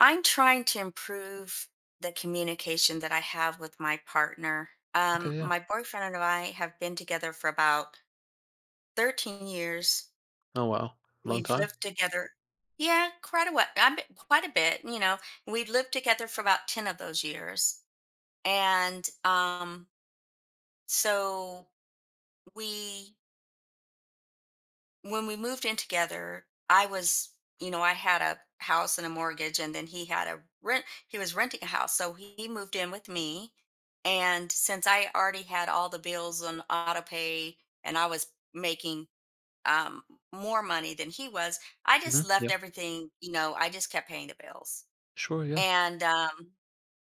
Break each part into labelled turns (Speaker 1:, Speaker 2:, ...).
Speaker 1: I'm trying to improve the communication that I have with my partner.
Speaker 2: Okay, yeah.
Speaker 1: My boyfriend and I have been together for about 13 years.
Speaker 2: Oh, wow. Long
Speaker 1: We've
Speaker 2: time?
Speaker 1: lived together, yeah, quite a bit. We've lived together for about 10 of those years, and so we when we moved in together, I was, you know, I had a house and a mortgage, and then he was renting a house. So he moved in with me. And since I already had all the bills on auto pay and I was making um, more money than he was, I just
Speaker 2: Mhm,
Speaker 1: left
Speaker 2: yeah.
Speaker 1: everything. You know, I just kept paying the bills.
Speaker 2: Sure, yeah.
Speaker 1: And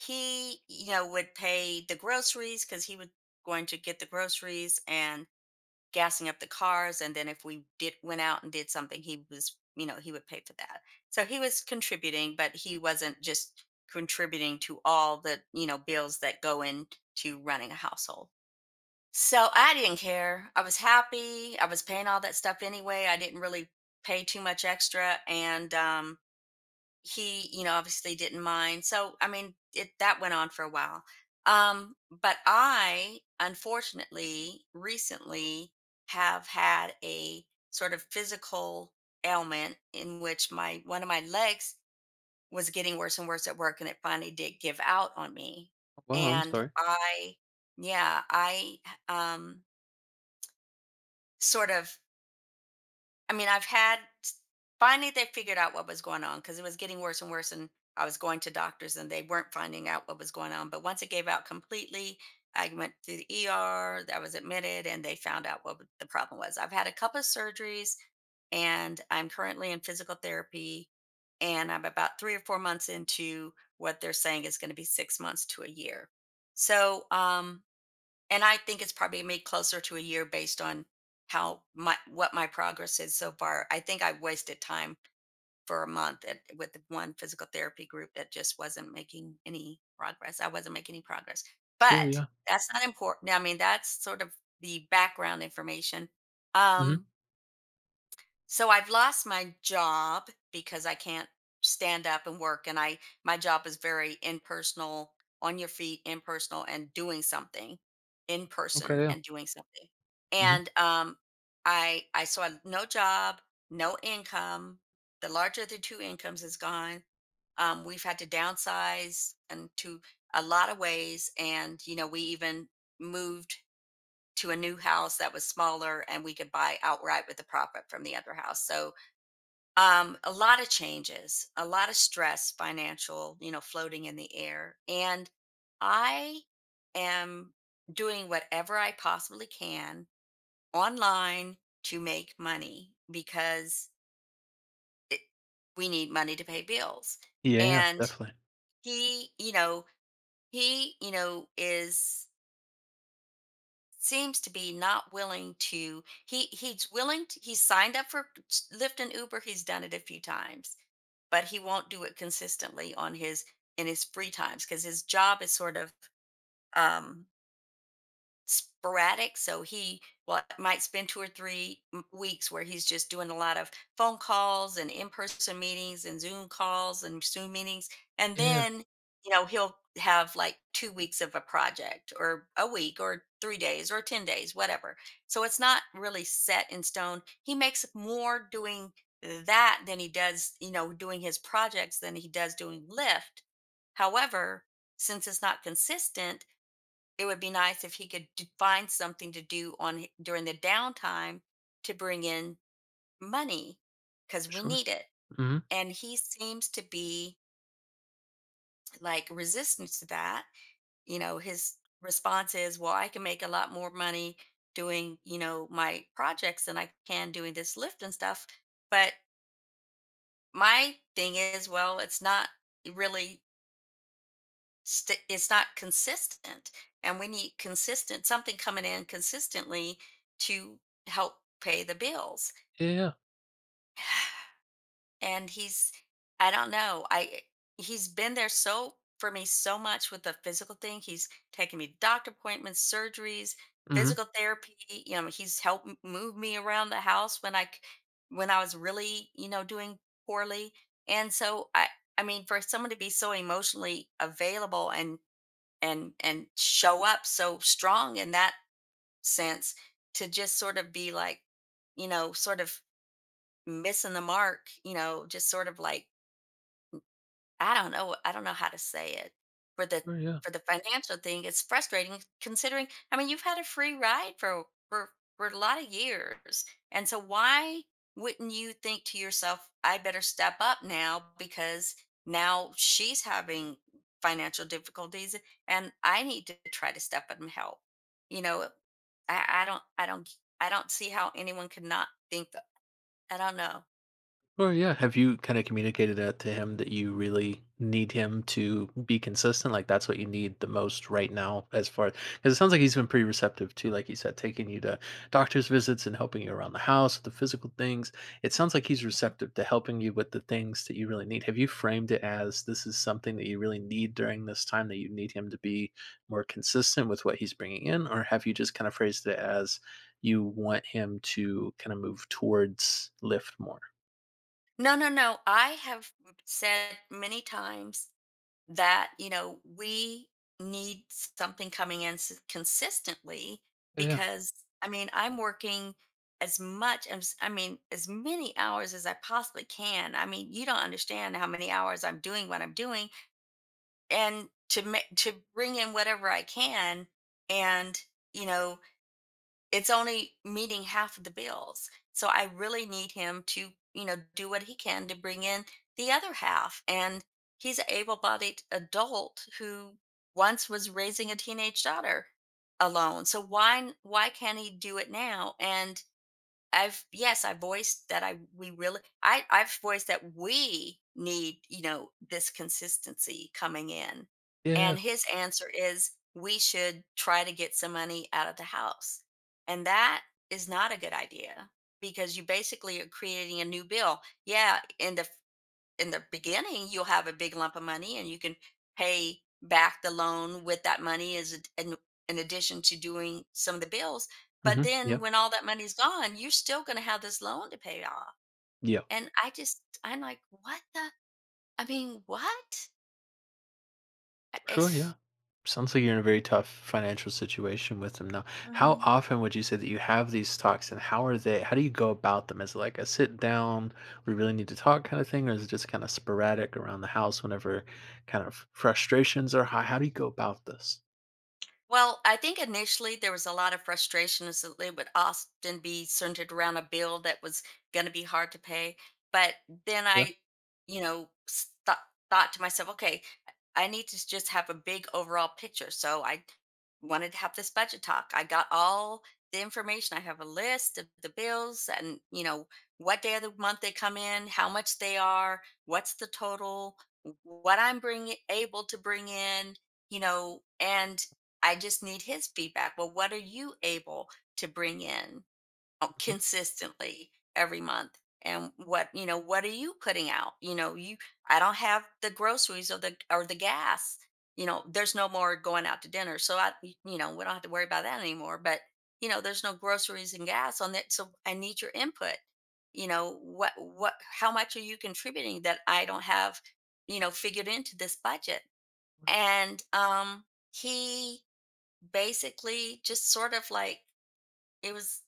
Speaker 1: he, you know, would pay the groceries because he was going to get the groceries and gassing up the cars, and then if we did went out and did something, he was, you know, he would pay for that. So he was contributing, but he wasn't just contributing to all the, you know, bills that go into running a household. So I didn't care, I was happy, I was paying all that stuff anyway. I didn't really pay too much extra. And he, you know, obviously didn't mind. So I mean, it, that went on for a while. But I unfortunately recently have had a sort of physical ailment in which my one of my legs was getting worse and worse at work, and it finally did give out on me.
Speaker 2: Oh, wow, I'm
Speaker 1: And
Speaker 2: sorry.
Speaker 1: I um sort of, I mean, I've had, finally they figured out what was going on because it was getting worse and worse, and I was going to doctors and they weren't finding out what was going on. But once it gave out completely, I went to the ER. I was admitted, and they found out what the problem was. I've had a couple of surgeries, and I'm currently in physical therapy, and I'm about 3 or 4 months into what they're saying is going to be 6 months to a year. So, and I think it's probably made closer to a year based on how my what my progress is so far. I think I wasted time for a month at, with the one physical therapy group that just wasn't making any progress. I wasn't making any progress,
Speaker 2: Sure,
Speaker 1: but
Speaker 2: yeah.
Speaker 1: that's not important. I mean, that's sort of the background information.
Speaker 2: Mhm.
Speaker 1: Um, so I've lost my job because I can't stand up and work, and I my job is very impersonal, on your feet, impersonal and doing something in
Speaker 2: Okay,
Speaker 1: person
Speaker 2: yeah.
Speaker 1: and doing something.
Speaker 2: Mhm.
Speaker 1: And I saw no job, no income. The larger of the two incomes is gone. We've had to downsize and to a lot of ways, and you know, we even moved to a new house that was smaller and we could buy outright with the profit from the other house. So a lot of changes, a lot of stress, financial, you know, floating in the air. And I am doing whatever I possibly can online to make money because it, we need money to pay bills.
Speaker 2: Yeah, yeah,
Speaker 1: And
Speaker 2: definitely.
Speaker 1: he, you know, he, you know, is seems to be not willing to, he's willing to, he's signed up for Lyft and Uber, he's done it a few times, but he won't do it consistently on his in his free times because his job is sort of um sporadic. So he, well, might spend two or three weeks where he's just doing a lot of phone calls and in-person meetings and Zoom calls and Zoom meetings. And
Speaker 2: Yeah, yeah.
Speaker 1: then, you know, he'll have like 2 weeks of a project or a week or 3 days or 10 days, whatever. So it's not really set in stone. He makes more doing that than he does, you know, doing his projects than he does doing Lyft. However, since it's not consistent, it would be nice if he could find something to do during the downtime to bring in money because we
Speaker 2: Sure.
Speaker 1: need it.
Speaker 2: Mhm.
Speaker 1: And he seems to be like resistant to that. You know, his response is, well, I can make a lot more money doing, you know, my projects than I can doing this lift and stuff. But my thing is, well, it's not really, it's not consistent, and we need consistent, something coming in consistently to help pay the bills.
Speaker 2: Yeah, yeah.
Speaker 1: And he's, I don't know, I he's been there so for me so much with the physical thing. He's taken me to doctor appointments, surgeries,
Speaker 2: Mhm.
Speaker 1: physical therapy. You know, he's helped move me around the house when when I was really, you know, doing poorly. And so I mean, for someone to be so emotionally available and and show up so strong in that sense, to just sort of be like, you know, sort of missing the mark, you know, just sort of like, I don't know, I don't know how to say it. For the,
Speaker 2: Sure, yeah.
Speaker 1: for the financial thing, it's frustrating considering, I mean, you've had a free ride for for a lot of years. And so why wouldn't you think to yourself, I better step up now because now she's having financial difficulties and I need to try to step up and help. You know, I don't I don't I don't see how anyone could not think that. I don't know.
Speaker 2: Or yeah, have you kind of communicated that to him that you really need him to be consistent? Like that's what you need the most right now, as far because it sounds like he's been pretty receptive to, like you said, taking you to doctor's visits and helping you around the house with the physical things. It sounds like he's receptive to helping you with the things that you really need. Have you framed it as this is something that you really need during this time that you need him to be more consistent with what he's bringing in, or have you just kind of phrased it as you want him to kind of move towards lift more?
Speaker 1: No, no, no. I have said many times that, you know, we need something coming in consistently.
Speaker 2: Yeah.
Speaker 1: Because I mean, I'm working as much as, I mean, as many hours as I possibly can. I mean, you don't understand how many hours I'm doing what I'm doing, and to bring in whatever I can. And you know, it's only meeting half of the bills. So I really need him to, you know, do what he can to bring in the other half. And he's an able bodied adult who once was raising a teenage daughter alone. So why can't he do it now? And I've, yes, I voiced that I've voiced that we need, you know, this consistency coming in.
Speaker 2: Yeah.
Speaker 1: And his answer is we should try to get some money out of the house. And that is not a good idea because you basically are creating a new bill. Yeah, in the beginning, you'll have a big lump of money and you can pay back the loan with that money in addition to doing some of the bills. But
Speaker 2: Mhm. Yeah.
Speaker 1: then when all that money's gone, you're still going to have this loan to pay off.
Speaker 2: Yeah.
Speaker 1: And I just, I'm like, what the? I mean, what? I-
Speaker 2: Sure, yeah.
Speaker 1: It's,
Speaker 2: Sounds like you're in a very tough financial situation with them now. How often would you say that you have these talks and how are they how do you go about them? Is it like a sit down, we really need to talk kind of thing, or is it just kind of sporadic around the house whenever kind of frustrations are high? How do you go about this?
Speaker 1: Well, I think initially there was a lot of frustration as that they would often be centered around a bill that was going to be hard to pay. But then
Speaker 2: Yeah.
Speaker 1: I, you know, thought to myself, okay, I need to just have a big overall picture. So I wanted to have this budget talk. I got all the information. I have a list of the bills and, you know, what day of the month they come in, how much they are, what's the total, what I'm bringing able to bring in, you know. And I just need his feedback. Well, what are you able to bring in consistently every month? And what, you know, what are you putting out? You know, you I don't have the groceries or the gas. You know, there's no more going out to dinner. So I, you know, we don't have to worry about that anymore, but you know, there's no groceries and gas on that. So I need your input. You know, what how much are you contributing that I don't have, you know, figured into this budget? And he basically just sort of like, it was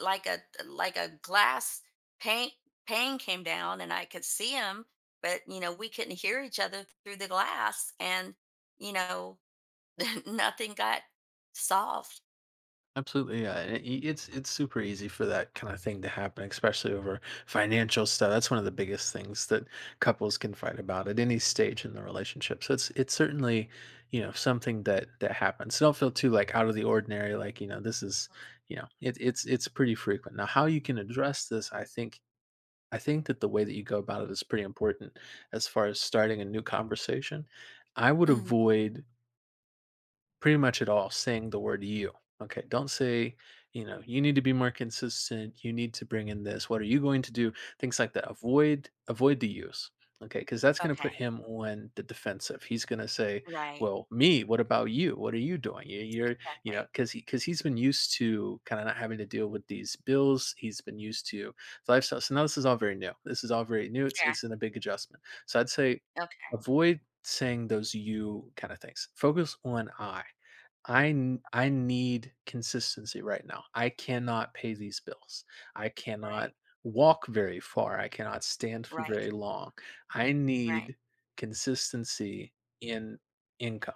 Speaker 1: like a, like a glass pane pane came down and I could see him, but you know, we couldn't hear each other through the glass. And you know, nothing got solved.
Speaker 2: Absolutely, yeah, and it's super easy for that kinda thing to happen, especially over financial stuff. That's one of the biggest things that couples can fight about at any stage in the relationship, so it's certainly, you know, something that that happens, so don't feel too, like, out of the ordinary, like, you know, this is you know, it's pretty frequent. Now how you can address this, I think that the way that you go about it is pretty important as far as starting a new conversation. I would
Speaker 1: Mhm.
Speaker 2: avoid pretty much at all saying the word you. Okay, don't say, you know, you need to be more consistent, you need to bring in this. What are you going to do? Things like that. Avoid the use. Okay, cuz that's going to put
Speaker 1: Okay.
Speaker 2: him on the defensive. He's going to say,
Speaker 1: Right.
Speaker 2: "Well, me, what about you? What are you doing? You're, you know,
Speaker 1: Exactly.
Speaker 2: cuz he's been used to kind of not having to deal with these bills. He's been used to the lifestyle. So now this is all very new. This is all very new.
Speaker 1: Yeah.
Speaker 2: It's in a big adjustment. So I'd say
Speaker 1: Okay.
Speaker 2: avoid saying those you kind of things. Focus on I. I need consistency right now. I cannot pay these bills. I cannot
Speaker 1: Right.
Speaker 2: walk very far. I cannot stand for
Speaker 1: Right.
Speaker 2: very long. I
Speaker 1: Right.
Speaker 2: need consistency in income.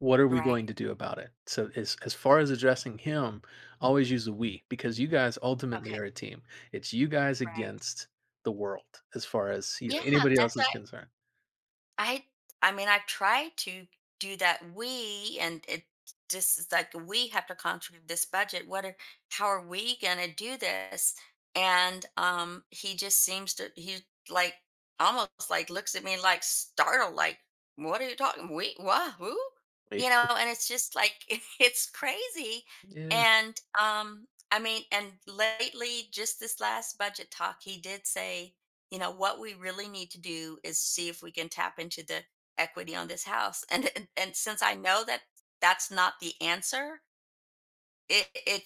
Speaker 2: What are we
Speaker 1: Right.
Speaker 2: going to do about it? So as far as addressing him, always use the we because you guys ultimately
Speaker 1: Okay.
Speaker 2: are a team. It's you guys
Speaker 1: Right.
Speaker 2: against the world as far as you know
Speaker 1: Yeah,
Speaker 2: anybody else
Speaker 1: that's,
Speaker 2: is concerned.
Speaker 1: I I mean, I try to do that. We, and it just is like, we have to contribute this budget. What are, how are we gonna do this? And he just seems to he like almost like looks at me like startled, like, what are you talking? We what who? You know, and it's just like it's crazy.
Speaker 2: Yeah.
Speaker 1: And I mean, and lately, just this last budget talk, he did say, you know what we really need to do is see if we can tap into the equity on this house. And since I know that that's not the answer, it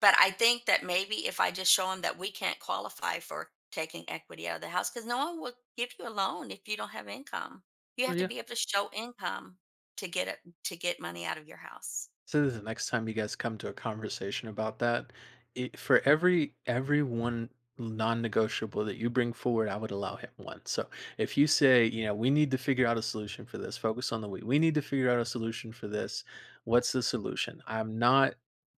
Speaker 1: but I think that maybe if I just show them that we can't qualify for taking equity out of the house because no one will give you a loan if you don't have income. You
Speaker 2: Well,
Speaker 1: have to
Speaker 2: yeah.
Speaker 1: be able to show income to get it to get money out of your house.
Speaker 2: So the next time you guys come to a conversation about that, for every one non-negotiable that you bring forward, I would allow him one. So if you say, you know, we need to figure out a solution for this, focus on the we. We need to figure out a solution for this. What's the solution? I'm not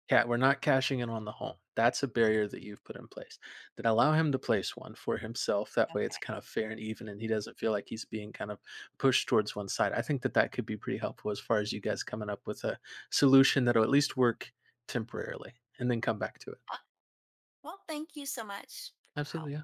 Speaker 2: cat. We're not cashing in on the home. That's a barrier that you've put in place. Then allow him to place one for himself. That way, it's
Speaker 1: Okay.
Speaker 2: kind of fair and even, and he doesn't feel like he's being kind of pushed towards one side. I think that that could be pretty helpful as far as you guys coming up with a solution that'll at least work temporarily and then come back to it.
Speaker 1: Uh, well, thank you so much for your help.
Speaker 2: Absolutely, yeah.